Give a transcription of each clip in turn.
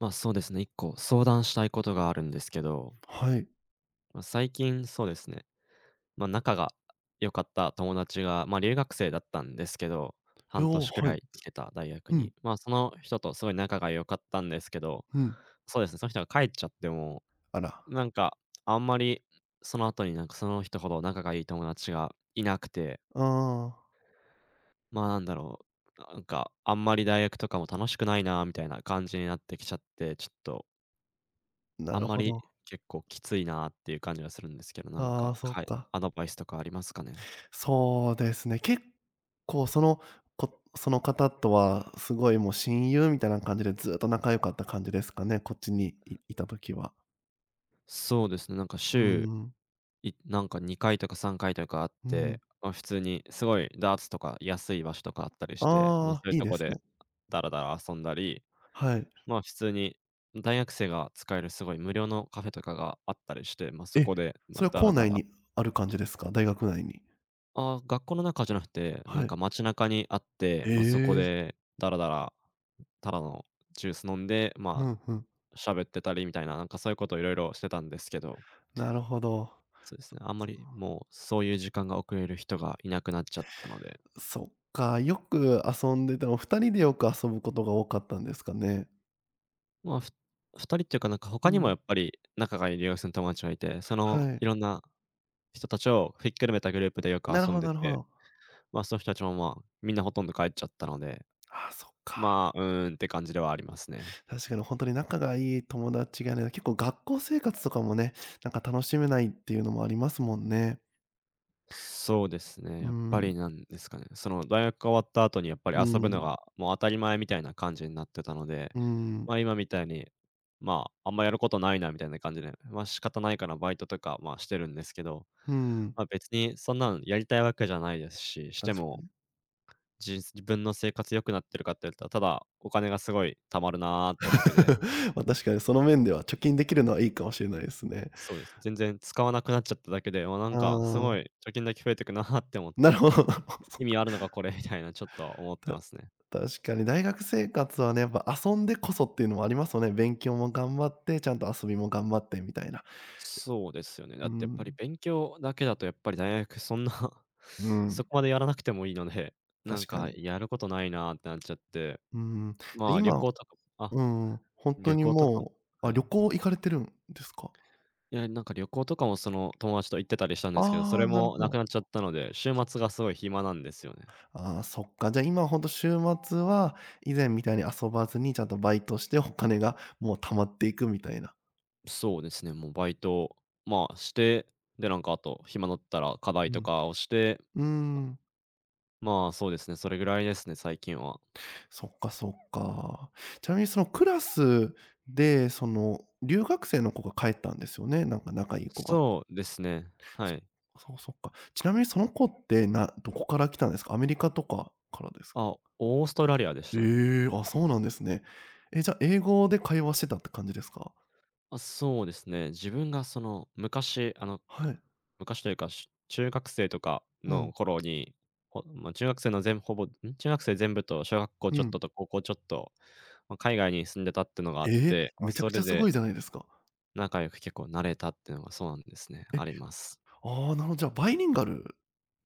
そうですね、1個相談したいことがあるんですけど、はい。最近そうですね、仲が良かった友達が、留学生だったんですけど、半おお、年くはらい。い来てた大学うに。ん、その人とすごい仲が良かったんですけど、うん。そうですね、その人が帰っちゃっても、あら。なんか、あんまりその後にその人ほど仲がいい友達がいなくて、あまあ、なんだろあんまり大学とかも楽しくないなみたいな感じになってきちゃって、ちょっとあ、なあんるまほりど。結構きついなっていう感じがするんですけど、なんあか、あ、そかっいか。アドバイスとかありますかね？そうですね。結構その、こその方とはすごいもう親友みたいな感じでずっと仲良かった感じですかね、こっちにいた時は。そうですね、なんかう週、ん、いなんか2回とか3回とかあっうて、ん。普通にすごいダーツとか安い場所とかあったりして、まああそあ、ういういいとでこすでね。ダラダラ遊んだり、はい。普通に大学生が使えるすごい無料のカフェとかがあったりして、そえ、こで、それはダラ校ダ内ラ、にある感じですか？大学内に。ああ、学校の中じゃなくて、なんはい。か街中にあって、そこええ、でダラダラ、ただのジュース飲んで、うん、うん。喋ってたりみたいな、なんかそういうことをいろいろしてたんですけど、なるほど。そうですね、あんまりもうそういう時間が遅れる人がいなくなっちゃったので、そっか、よく遊んでたお二人でよく遊ぶことが多かったんですかね？まあ、ふ2人っていうかなんかう他にもやん。っぱり仲がいい留学生の友達がいて、そのはい。いろんな人たちをひっくるめたグループでよくなる遊ほんどでなるほて、ど。その人たちもみんなほとんど帰っちゃったので、ああ、そっか。うーんって感じではありますね。確かにほんとに仲がいい友達がね、結構学校生活とかもね、なんか楽しめないっていうのもありますもんね。そうですね、うーやっぱん、りなんですかね、その大学が終わった後にやっぱりう遊ぶのん、がもう当たり前みたいな感じになってたので、うん、今みたいに、あんまやることないなみたいな感じで、仕方ないからバイトとか、してるんですけど、うん、別にそんなのやりたいわけじゃないですし、して確かもに。自分の生活良くなってるかって言ったら、ただお金がすごい貯まるなーってだけで、ま、確かにその面では貯金できるのはいいかもしれないですね。そうです。全然使わなくなっちゃっただけで、なんあかすごあ、い貯金だけ増えてくなーって思っなるて、ほどなるほど。そっ意味か。あるのかこれ みたいなちょっと思ってますね。確かに大学生活はね、やっぱ遊んでこそっていうのもありますよね。勉強も頑張って、ちゃんと遊びも頑張ってみたいな。そうですよね。だうってやっぱりん。勉強だけだとやっぱり大学そんな うそん、こまでやらなくてもいいので、な確んかかに。やることないなーってなっちゃって、うん。でまあ旅今行とかあ、うん、本当旅に行とかも、もう、はあ、い。旅行行かれてるんですか？いや、なんか旅行とかもその友達と行ってたりしたんですけど、そあれあ、なるもほなくど。なっちゃったので、週末がすごい暇なんですよね。ああ、そっか。じゃ、今ほんと週末は、以前みたいに遊ばずに、ちゃんとバイトしてお金がもう貯まっていくみたいな。そうですね、もうバイト、して、で、なんかあと暇だったら課題うとん。かをして、うーん。そうですね、それぐらいですね、最近は。そっかそっか。ちなみにそのクラスで、その留学生の子が帰ったんですよね、なんか仲いい子が。そうですね。はい。そそう、そっか。ちなみにその子って、どこから来たんですか？アメリカとかからですか？あ、オーストラリアでしたね。ええ、あ、そうなんですね。え、じゃ、英語で会話してたって感じですか？あ、そうですね。自分がその昔、はい。昔というか、中学生とかうん、の頃に、ほまあ、中学生の全ほぼん、中学生全部と小学校ちうょっん。とと高校ちょっと、海外に住んでたってのがあっええ、て、めちゃそくちれゃすごでいじゃないですか。仲良く結構なれたっていうのがそうなんですね、え、あります。ああ、なるほど、じゃあバイリンガルっ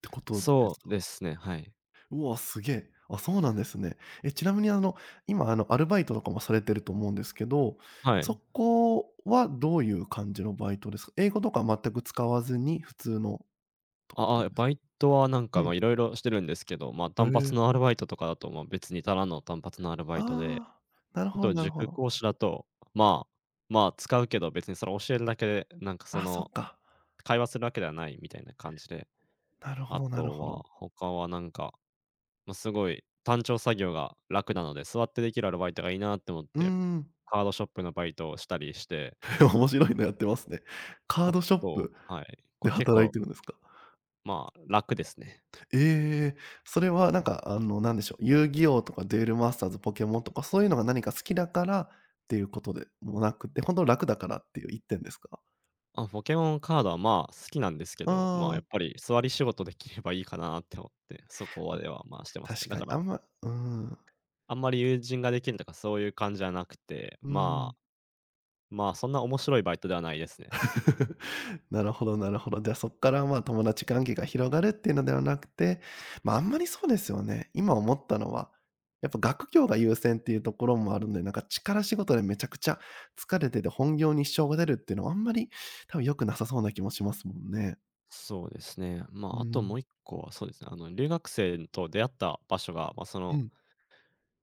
てことでそすうか？ですね、はい。うわ、すげえ。あ、そうなんですね。え、ちなみにあの、今あの、アルバイトとかもされてると思うんですけど、はい。そこはどういう感じのバイトですか？英語とか全く使わずに普通のああ、ですかバイトはなんうか、ん。いろいろしてるんですけど、へ単発え。のアルバイトとかだと、別にただの単発のアルバイトで、ああ、なるあほどとなるほ塾ど。講師だと、まあ、使うけど別にそれ教えるだけで、なんかそあ、そっの、か。会話するわけではないみたいな感じで、なるほあどなるとほど。は他はなんか、すごい単調作業が楽なので、座ってできるアルバイトがいいなって思っうーて、ん。カードショップのバイトをしたりして、面白いのやってますね。カーあドショッとプはい、こでれ結働い構、てるんですか？楽ですね。ええ、それはなんか、なんでしょう、遊戯王とかデュエルマスターズ、ポケモンとか、そういうのが何か好きだからっていうことでもなくて、ほんと楽だからっていう一点ですか？あ、ポケモンカードは、好きなんですけど、やっああ、ぱり座り仕事できればいいかなって思って、そこまあ、では、してますね。確だかかに、あら、んまうーん、あんまり友人ができるとかそういう感じじゃなくて、うーん。そんな面白いバイトではないですね。なるほどなるほど。じゃあ、そっから、まあ、友達関係が広がるっていうのではなくて、ま、あんまりそうですよね。今思ったのは、やっぱ学業が優先っていうところもあるんで、なんか力仕事でめちゃくちゃ疲れてて本業に支障が出るっていうのはあんまり多分良くなさそうな気もしますもんね。そうですね。まうーあ、あともん。う一個はそうですね、留学生と出会った場所が、うん。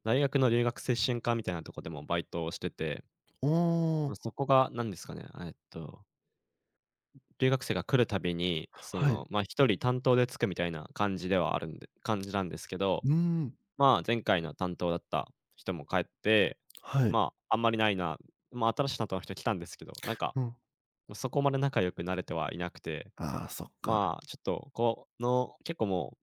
大学の留学生支援課みたいなとこでもバイトをしてて、おーそこが何ですかね、留学生が来るたびに、はい。一人担当でつくみたいな感じではあるんで感じなんですけど、うーん、前回の担当だった人も帰って、はい。まあ、あんまりないな、まあ、新しい担当の人来たんですけど、うん。そこまで仲良くなれてはいなくて、ああ、そっか。まあ、ちょっと、この結構も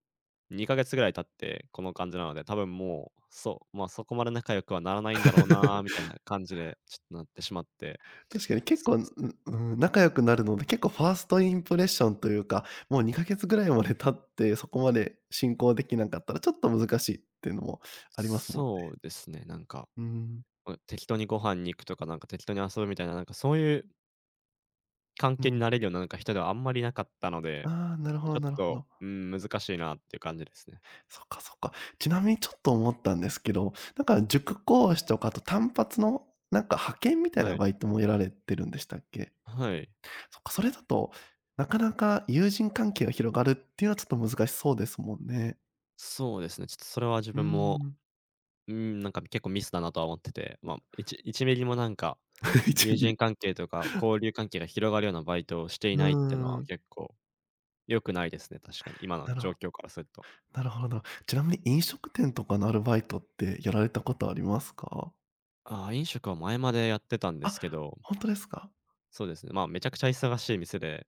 う2ヶ月ぐらい経ってこの感じなので、多分もう、そう、そこまで仲良くはならないんだろうなみ たいな感じで、ちょっとなってしまって。確かに結そう構、でんすね。うん、仲良くなるので、結構ファーストインプレッションというか、もう2か月ぐらいまで経って、そこまで進行できなかったら、ちょっと難しいっていうのもありますもんそね。うですね、うん、適当にご飯に行くとか、なんか適当に遊ぶみたいな、なんかそういう関う係にん。なれるような、なんか人ではあんまりなかったので、ああ、なるほちどょっなるほと、ど。うん、難しいなっていう感じですね。そっかそっか。ちなみにちょっと思ったんですけど、なんか塾講師とか、あと単発のなんか派遣みたいはない。バイトもやられてるんでしたっけ？はい。そっか、それだと、なかなか友人関係が広がるっていうのはちょっと難しそうですもんね。そうですね、ちょっとそれは自うー分も、ん。うーん、なんか結構ミスだなとは思ってて、1ミリもなんか、いち友ミ人リ関係とか交流関係が広がるようなバイトをしていうないってのはーん。結構良くないですね、確かに、今のなる状ほ況からすると。なるほど。ちなみに飲食店とかのアルバイトってやられたことありますか？ああ、飲食は前までやってたんですけあ、ど、ほんとですか？そうですね、めちゃくちゃ忙しい店で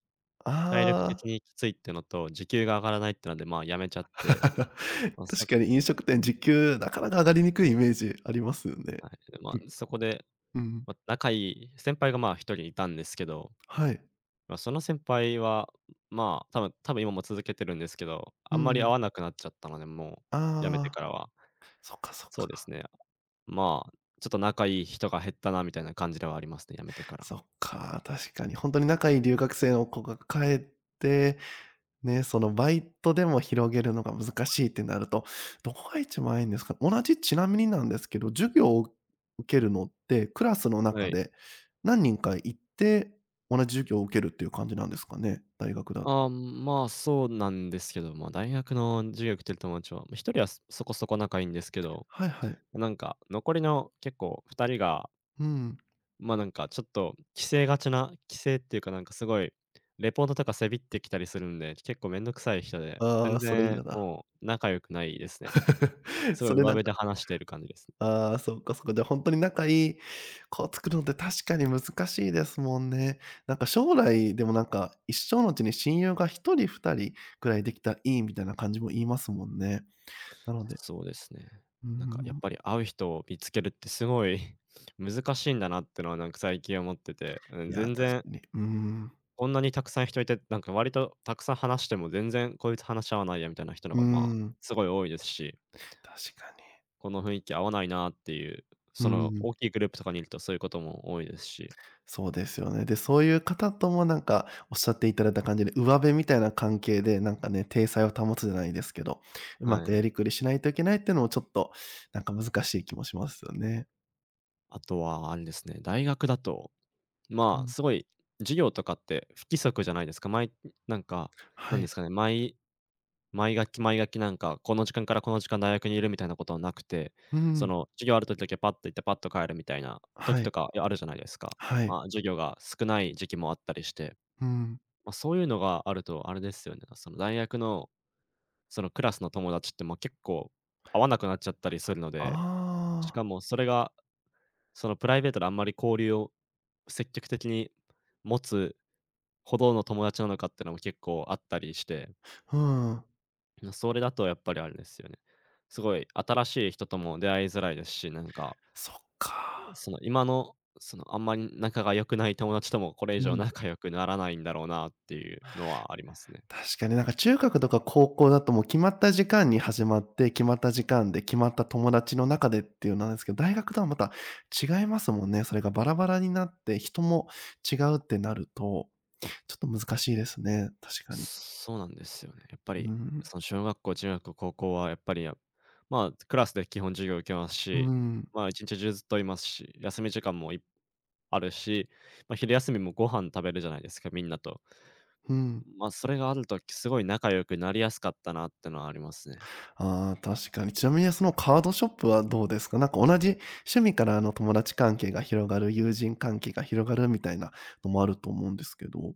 体力的ああ。にきついってのと、時給が上がらないってので、辞めちゃって、確ま、さかに飲食店時給なかなか上がりにくいイメージありますよね。はい、いそこで、うん。仲いい先輩が、1人いたんですけど、はい。その先輩は、多分今も続けてるんですけど、あうんんまりう会ん。わなくなっちゃったので、もう辞めてああ、からは。そっかそっそうですか。ね。まあ、ちょっと仲いい人が減ったなみたいな感じではありますね、辞めてから。そっか、確かにほんとに仲いい留学生の子が帰ってね、そのバイトでも広げるのが難しいってなると、どこが一番いいんですか？同じちなみになんですけど、授業を受けるのって、クラスのは中い。で何人か行って、同じ授業を受けるっていう感じなんですかね？大学だあーまあ、そうなんですけど、大学の授業来てる友達は、人はそこそこ仲いいんですけど、はいはい。なんか残りの結構2人がうん。ちょっと規制がちな規制っていうか、なんかすごいレポートとかせびってきたりするんで、結構めんどくさい人で、あ全あ、それ然嫌だ。もう仲良くないですね。すごいそれ上なん辺でか話している感じですね。ああ、そっかそっか。で本当に仲いい子を作るのって確かに難しいですもんね。なんか将来、でもなんか、一生のうちに親友が一人二人くらいできたらいいみたいな感じも言いますもんね。なのでそうですね。うなんかやっん。ぱり会う人を見つけるってすごい 難しいんだなってのはなんか最近思ってて、うん、いや、全確か然に。うん。こんなにたくさん人いて、なんか割とたくさん話しても全然こいつ話し合わないやみたいな人のうが、ん、すごい多いですし確かに。この雰囲気合わないなっていう、うそのん、大きいグループとかにいるとそういうことも多いですし、そうですよね。で、そういう方ともなんかおっしゃっていただいた感じで、上辺みたいな関係で、なんかね、体裁を保つじゃないですけど、うまはくやい。りくりしないといけないっていうのもちょっと、なんか難しい気もしますよね。あとはあれですね、大学だと、うん。すごい授業とかって不規則じゃないですか。毎なんか、なはんでい。すかね、毎毎学期毎学期この時間からこの時間大学にいるみたいなことはなくて、うそん。の授業ある時だけパッと行ってパッと帰るみたいな時はとい。かあるじゃないですか。はい。授業が少ない時期もあったりして、うん。そういうのがあるとあれですよね、その大学のクラスの友達ってもう結構会わなくなっちゃったりするので、しあかもそれがそのプライベートであんまり交流を積極的に持つほどの友達なのかっていうのも結構あったりして、あ、うん。それだとやっぱりあれですよね。すごい新しい人とも出会いづらいですし、そっか。その今の、そのあんまり仲が良くない友達ともこれ以う上ん。仲良くならないんだろうなっていうのはありますね。確かになんか中学とか高校だともう決まった時間に始まって、決まった時間で、決まった友達の中でっていうのなんですけど、大学とはまた違いますもんね。それがバラバラになって、人も違うってなると、ちょっと難しいですね、確かに。そうなんですよね。やっぱうり、ん。その小学校、中学校、高校はやっぱり、クラスで基本授業を受けますし、うん。一日中ずっといますし、休み時間もあるし、昼休みもご飯食べるじゃないですか、みんなと。うん。それがあるとすごい仲良くなりやすかったなってのはありますね。ああ、確かに。ちなみにそのカードショップはどうですか？なんか同じ趣味からあの友達関係が広がる、友人関係が広がるみたいなのもあると思うんですけど。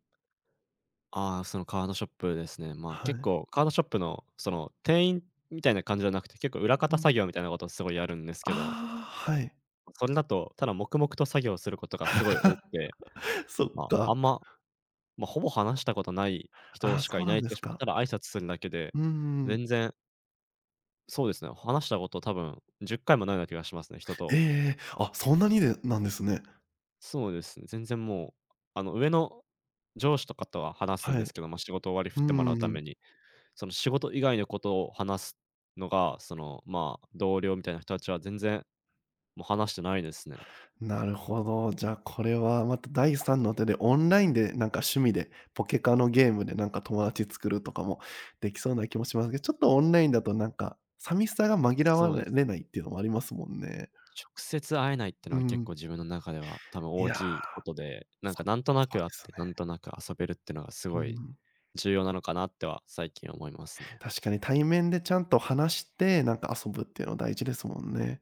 ああ、そのカードショップですね。は結い。構カードショップのその店員みたいな感じじゃなくて、結構裏方うん。作業みたいなことをすごいやるんですけど、ああ、はい。それだと、ただ黙々と作業することがすごい多くて、そっまあ、あか。んまほぼ話したことない人ああ、しそかいうななんい気でがすします。か。ただ挨拶するだけで、うんうん全然そうですね、話したこと多分10回もないような気がしますね、人えと。ええ。あ、そんなにでなんですね。そうですね、全然もう、上司とかとは話すんはですい。けど、ま、仕事終わり振っうてもらんううんたうん。めに、その仕事以外のことを話すのが、同僚みたいな人たちは全然もう話してないですね。なるほど。じゃあ、これはまた第三の手でオンラインでなんか趣味で、ポケカのゲームでなんか友達作るとかもできそうな気もしますけど、ちょっとオンラインだとなんか、寂しさが紛らそうでわす。れないっていうのもありますもんね。直接会えないってのうは結ん。構自分の中では多分い大や、きいことで、なんかなんとなそくうで会っすて、なね。んとなく遊べるってのがすうごいん。重要なのかなっては最近思いますね。確かに対面でちゃんと話して、なんか遊ぶっていうの大事ですもんね。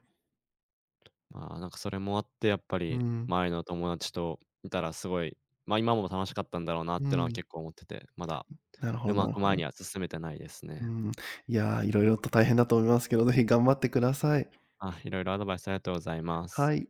なんかそれもあってやっぱうりん。前の友達といたらすごい、ま、今も楽しかったんだろうなっうてのはん。結構思ってて、まだなるほうどまなるくほ前ど。には進めてないですうね。ん。いや、色々と大変だと思いますけど、ぜひ頑張ってください。あ、いろいろアドバイスありがとうございます。はい。